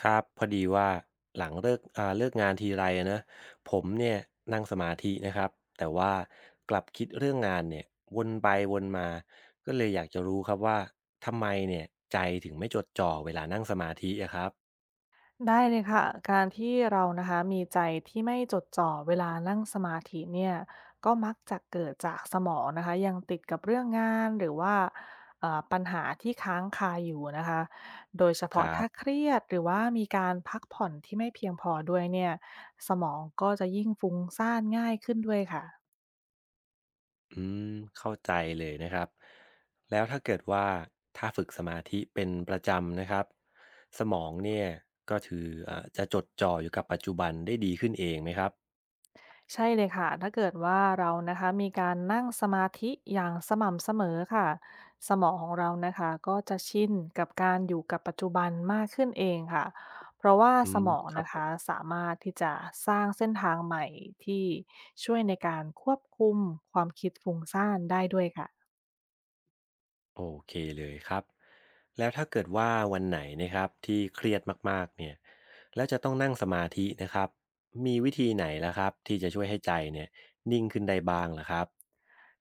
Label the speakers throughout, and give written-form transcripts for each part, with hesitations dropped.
Speaker 1: ครับพอดีว่าหลังเลิกเลิกงานทีไรอะนะผมเนี่ยนั่งสมาธินะครับแต่ว่ากลับคิดเรื่องงานเนี่ยวนไปวนมาก็เลยอยากจะรู้ครับว่าทำไมเนี่ยใจถึงไม่จดจ่อเวลานั่งสมาธิอะครับ
Speaker 2: ได้เลยค่ะการที่เรานะคะมีใจที่ไม่จดจ่อเวลานั่งสมาธิเนี่ยก็มักจะเกิดจากสมองนะคะยังติดกับเรื่องงานหรือว่าปัญหาที่ค้างคาอยู่นะคะโดยเฉ
Speaker 1: ค
Speaker 2: พาะ
Speaker 1: รั
Speaker 2: ถ้าเค
Speaker 1: บ
Speaker 2: รียดหรือว่ามีการพักผ่อนที่ไม่เพียงพอด้วยเนี่ยสมองก็จะยิ่งฟุ้งซ่านง่ายขึ้นด้วยค่ะ
Speaker 1: อืมเข้าใจเลยนะครับแล้วถ้าเกิดว่าถ้าฝึกสมาธิเป็นประจำนะครับสมองเนี่ยก็ถือจะจดจ่ออยู่กับปัจจุบันได้ดีขึ้นเองไหมครับ
Speaker 2: ใช่เลยค่ะถ้าเกิดว่าเรานะคะมีการนั่งสมาธิอย่างสม่ำเสมอค่ะสมองของเรานะคะก็จะชินกับการอยู่กับปัจจุบันมากขึ้นเองค่ะเพราะว่า
Speaker 1: อื
Speaker 2: ส
Speaker 1: ม
Speaker 2: มอง
Speaker 1: ครับ
Speaker 2: นะ
Speaker 1: ผ
Speaker 2: คะ
Speaker 1: ม
Speaker 2: สามารถที่จะสร้างเส้นทางใหม่ที่ช่วยในการควบคุมความคิดฟุ้งซ่านได้ด้วยค่ะ
Speaker 1: โอเคเลยครับแล้วถ้าเกิดว่าวันไหนนะครับที่เครียดมากๆเนี่ยแล้วจะต้องนั่งสมาธินะครับมีวิธีไหนล่ะครับที่จะช่วยให้ใจเนี่ยนิ่งขึ้นได้บ้างล่ะครับ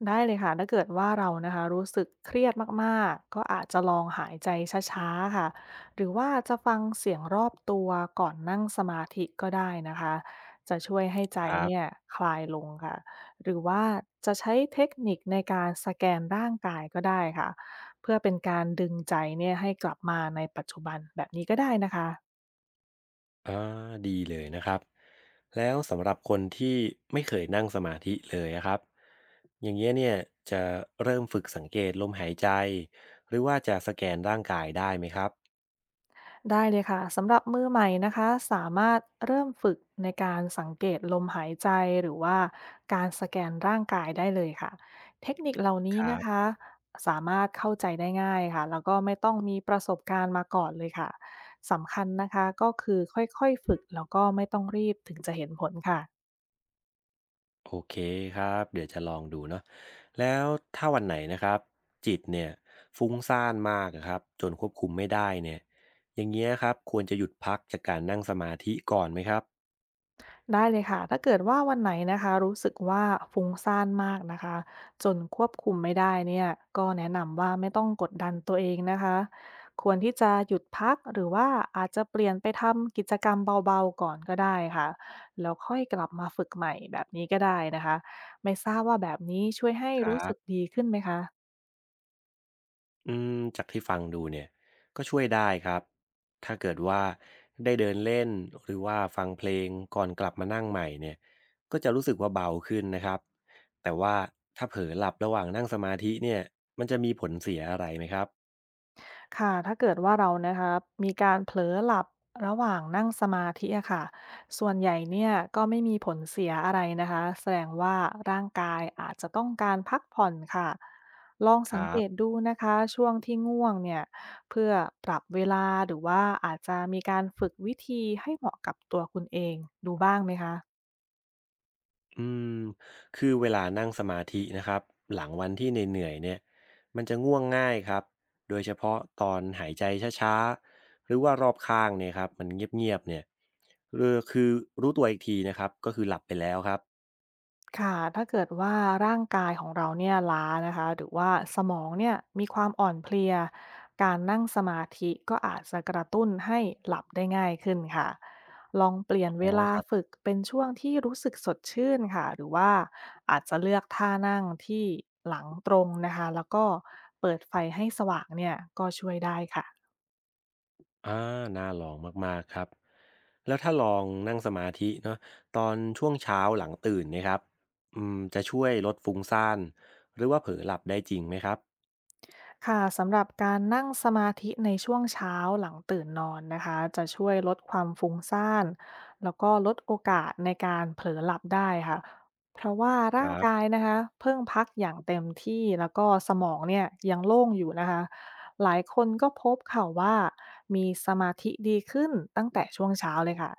Speaker 2: ได้เลยค่ะถ้าเกิดว่าเรานะคะรู้สึกเครียดมากๆก็อาจจะลองหายใจช้าๆค่ะหรือว่าจะฟังเสียงรอบตัวก่อนนั่งสมาธิก็ได้นะคะจะช่วยให้ใจ
Speaker 1: ครับ
Speaker 2: เนี่ยคลายลงค่ะหรือว่าจะใช้เทคนิคในการสแกนร่างกายก็ได้ค่ะเพื่อเป็นการดึงใจเนี่ยให้กลับมาในปัจจุบันแบบนี้ก็ได้นะคะ
Speaker 1: อ่าดีเลยนะครับแล้วสำหรับคนที่ไม่เคยนั่งสมาธิเลยอะครับอย่างเงี้ยเนี่ยจะเริ่มฝึกสังเกตลมหายใจหรือว่าจะสแกนร่างกายได้ไหมครับ
Speaker 2: ได้เลยค่ะสำหรับมือใหม่นะคะสามารถเริ่มฝึกในการสังเกตลมหายใจหรือว่าการสแกนร่างกายได้เลยค่ะเทคนิคเหล่า
Speaker 1: ค
Speaker 2: นี้
Speaker 1: รั
Speaker 2: นะ
Speaker 1: บ
Speaker 2: คะสามารถเข้าใจได้ง่ายค่ะแล้วก็ไม่ต้องมีประสบการณ์มาก่อนเลยค่ะสำคัญนะคะก็คือค่อยๆฝึกแล้วก็ไม่ต้องรีบถึงจะเห็นผลค่ะ
Speaker 1: โอเคครับเดี๋ยวจะลองดูเนาะแล้วถ้าวันไหนนะครับจิตเนี่ยฟุ้งซ่านมากอะครับจนควบคุมไม่ได้เนี่ยอย่างเงี้ยครับควรจะหยุดพักจากการนั่งสมาธิก่อนไหมครับ
Speaker 2: ได้เลยค่ะถ้าเกิดว่าวันไหนนะคะรู้สึกว่าฟุ้งซ่านมากนะคะจนควบคุมไม่ได้เนี่ยก็แนะนำว่าไม่ต้องกดดันตัวเองนะคะควรที่จะหยุดพักหรือว่าอาจจะเปลี่ยนไปทำกิจกรรมเบาๆก่อนก็ได้ค่ะแล้วค่อยกลับมาฝึกใหม่แบบนี้ก็ได้นะคะไม่ทราบว่าแบบนี้ช่วยให้
Speaker 1: ครั
Speaker 2: รู้สึก
Speaker 1: บ
Speaker 2: ดีขึ้นไหมคะ
Speaker 1: อืมจากที่ฟังดูเนี่ยก็ช่วยได้ครับถ้าเกิดว่าได้เดินเล่นหรือว่าฟังเพลงก่อนกลับมานั่งใหม่เนี่ยก็จะรู้สึกว่าเบาขึ้นนะครับแต่ว่าถ้าเผลอหลับระหว่างนั่งสมาธิเนี่ยมันจะมีผลเสียอะไรไหมครับ
Speaker 2: ค่ะถ้าเกิดว่าเรานะครับมีการเผลอหลับระหว่างนั่งสมาธิอะค่ะส่วนใหญ่เนี่ยก็ไม่มีผลเสียอะไรนะคะแสดงว่าร่างกายอาจจะต้องการพักผ่อนค่ะลอง
Speaker 1: ค
Speaker 2: สัง
Speaker 1: รั
Speaker 2: เกต
Speaker 1: บ
Speaker 2: ดูนะคะช่วงที่ง่วงเนี่ยเพื่อปรับเวลาหรือว่าอาจจะมีการฝึกวิธีให้เหมาะกับตัวคุณเองดูบ้างไหมคะ
Speaker 1: อืมคือเวลานั่งสมาธินะครับหลังวันที่เหนื่อยๆเนี่ยมันจะง่วงง่ายครับโดยเฉพาะตอนหายใจช้าๆหรือว่ารอบข้างเนี่ยครับมันเงียบๆเนี่ยเออคือรู้ตัวอีกทีนะครับก็คือหลับไปแล้วครับ
Speaker 2: ค่ะถ้าเกิดว่าร่างกายของเราเนี่ยล้านะคะหรือว่าสมองเนี่ยมีความอ่อนเพลียการนั่งสมาธิก็อาจจะกระตุ้นให้หลับได้ง่ายขึ้นค่ะลองเปลี่ยน
Speaker 1: อ๋อ
Speaker 2: เวลา
Speaker 1: ครั
Speaker 2: ฝึ
Speaker 1: บ
Speaker 2: กเป็นช่วงที่รู้สึกสดชื่นค่ะหรือว่าอาจจะเลือกท่านั่งที่หลังตรงนะคะแล้วก็เปิดไฟให้สว่างเนี่ยก็ช่วยได้ค่ะ
Speaker 1: อ่าน่าลองมากๆครับแล้วถ้าลองนั่งสมาธิเนาะตอนช่วงเช้าหลังตื่นเนะครับอืมจะช่วยลดฟุ้งซ่านหรือว่าเผลอหลับได้จริงไหมครับ
Speaker 2: ค่ะสำหรับการนั่งสมาธิในช่วงเช้าหลังตื่นนอนนะคะจะช่วยลดความฟุ้งซ่านแล้วก็ลดโอกาสในการเผลอหลับได้ค่ะเพราะว่า
Speaker 1: ค
Speaker 2: ร่าง
Speaker 1: รั
Speaker 2: กา
Speaker 1: บ
Speaker 2: ยนะคะเพิ่งพักอย่างเต็มที่แล้วก็สมองเนี่ยยังโล่งอยู่นะคะหลายคนก็พบค่ะว่ามีสมาธิดีขึ้นตั้งแต่ช่วงเช้าเลยค่ะ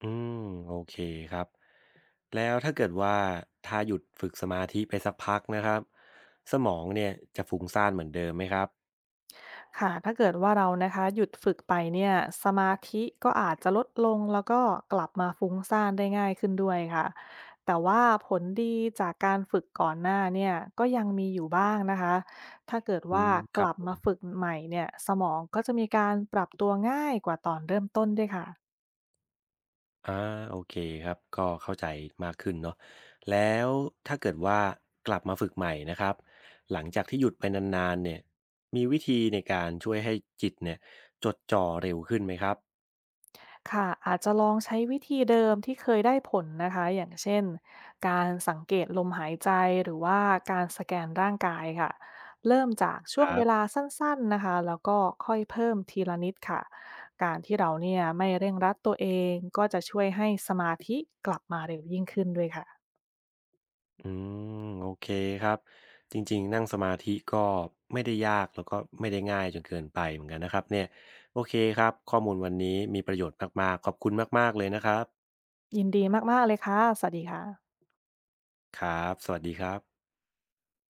Speaker 1: อืมโอเคครับแล้วถ้าเกิดว่าถ้าหยุดฝึกสมาธิไปสักพักนะครับสมองเนี่ยจะฟุ้งซ่านเหมือนเดิมไหมครับ
Speaker 2: ค่ะถ้าเกิดว่าเรานะคะหยุดฝึกไปเนี่ยสมาธิก็อาจจะลดลงแล้วก็กลับมาฟุ้งซ่านได้ง่ายขึ้นด้วยค่ะแต่ว่าผลดีจากการฝึกก่อนหน้าเนี่ยก็ยังมีอยู่บ้างนะคะถ้าเกิด
Speaker 1: อื
Speaker 2: ว่า
Speaker 1: มค
Speaker 2: ก
Speaker 1: รับ
Speaker 2: ลับ
Speaker 1: ผม
Speaker 2: มาฝึกใหม่เนี่ยสมองก็จะมีการปรับตัวง่ายกว่าตอนเริ่มต้นด้วยค่ะ
Speaker 1: อ่าโอเคครับก็เข้าใจมากขึ้นเนาะแล้วถ้าเกิดว่ากลับมาฝึกใหม่นะครับหลังจากที่หยุดไปนานๆเนี่ยมีวิธีในการช่วยให้จิตเนี่ยจดจ่อเร็วขึ้นไหมครับ
Speaker 2: ค่ะอาจจะลองใช้วิธีเดิมที่เคยได้ผลนะคะอย่างเช่นการสังเกตลมหายใจหรือว่าการสแกนร่างกายค่ะเริ่มจากช่วงเวลาสั้นๆนะคะแล้วก็ค่อยเพิ่มทีละนิดค่ะการที่เราเนี่ยไม่เร่งรัดตัวเองก็จะช่วยให้สมาธิกลับมาเร็วยิ่งขึ้นด้วยค่ะ
Speaker 1: อืมโอเคครับจริงๆนั่งสมาธิก็ไม่ได้ยากแล้วก็ไม่ได้ง่ายจนเกินไปเหมือนกันนะครับเนี่ยโอเคครับข้อมูลวันนี้มีประโยชน์มากๆขอบคุณมากๆเลยนะครับ
Speaker 2: ยินดีมากๆเลยค่ะสวัสดีค่ะ
Speaker 1: ครับสวัสดีครับ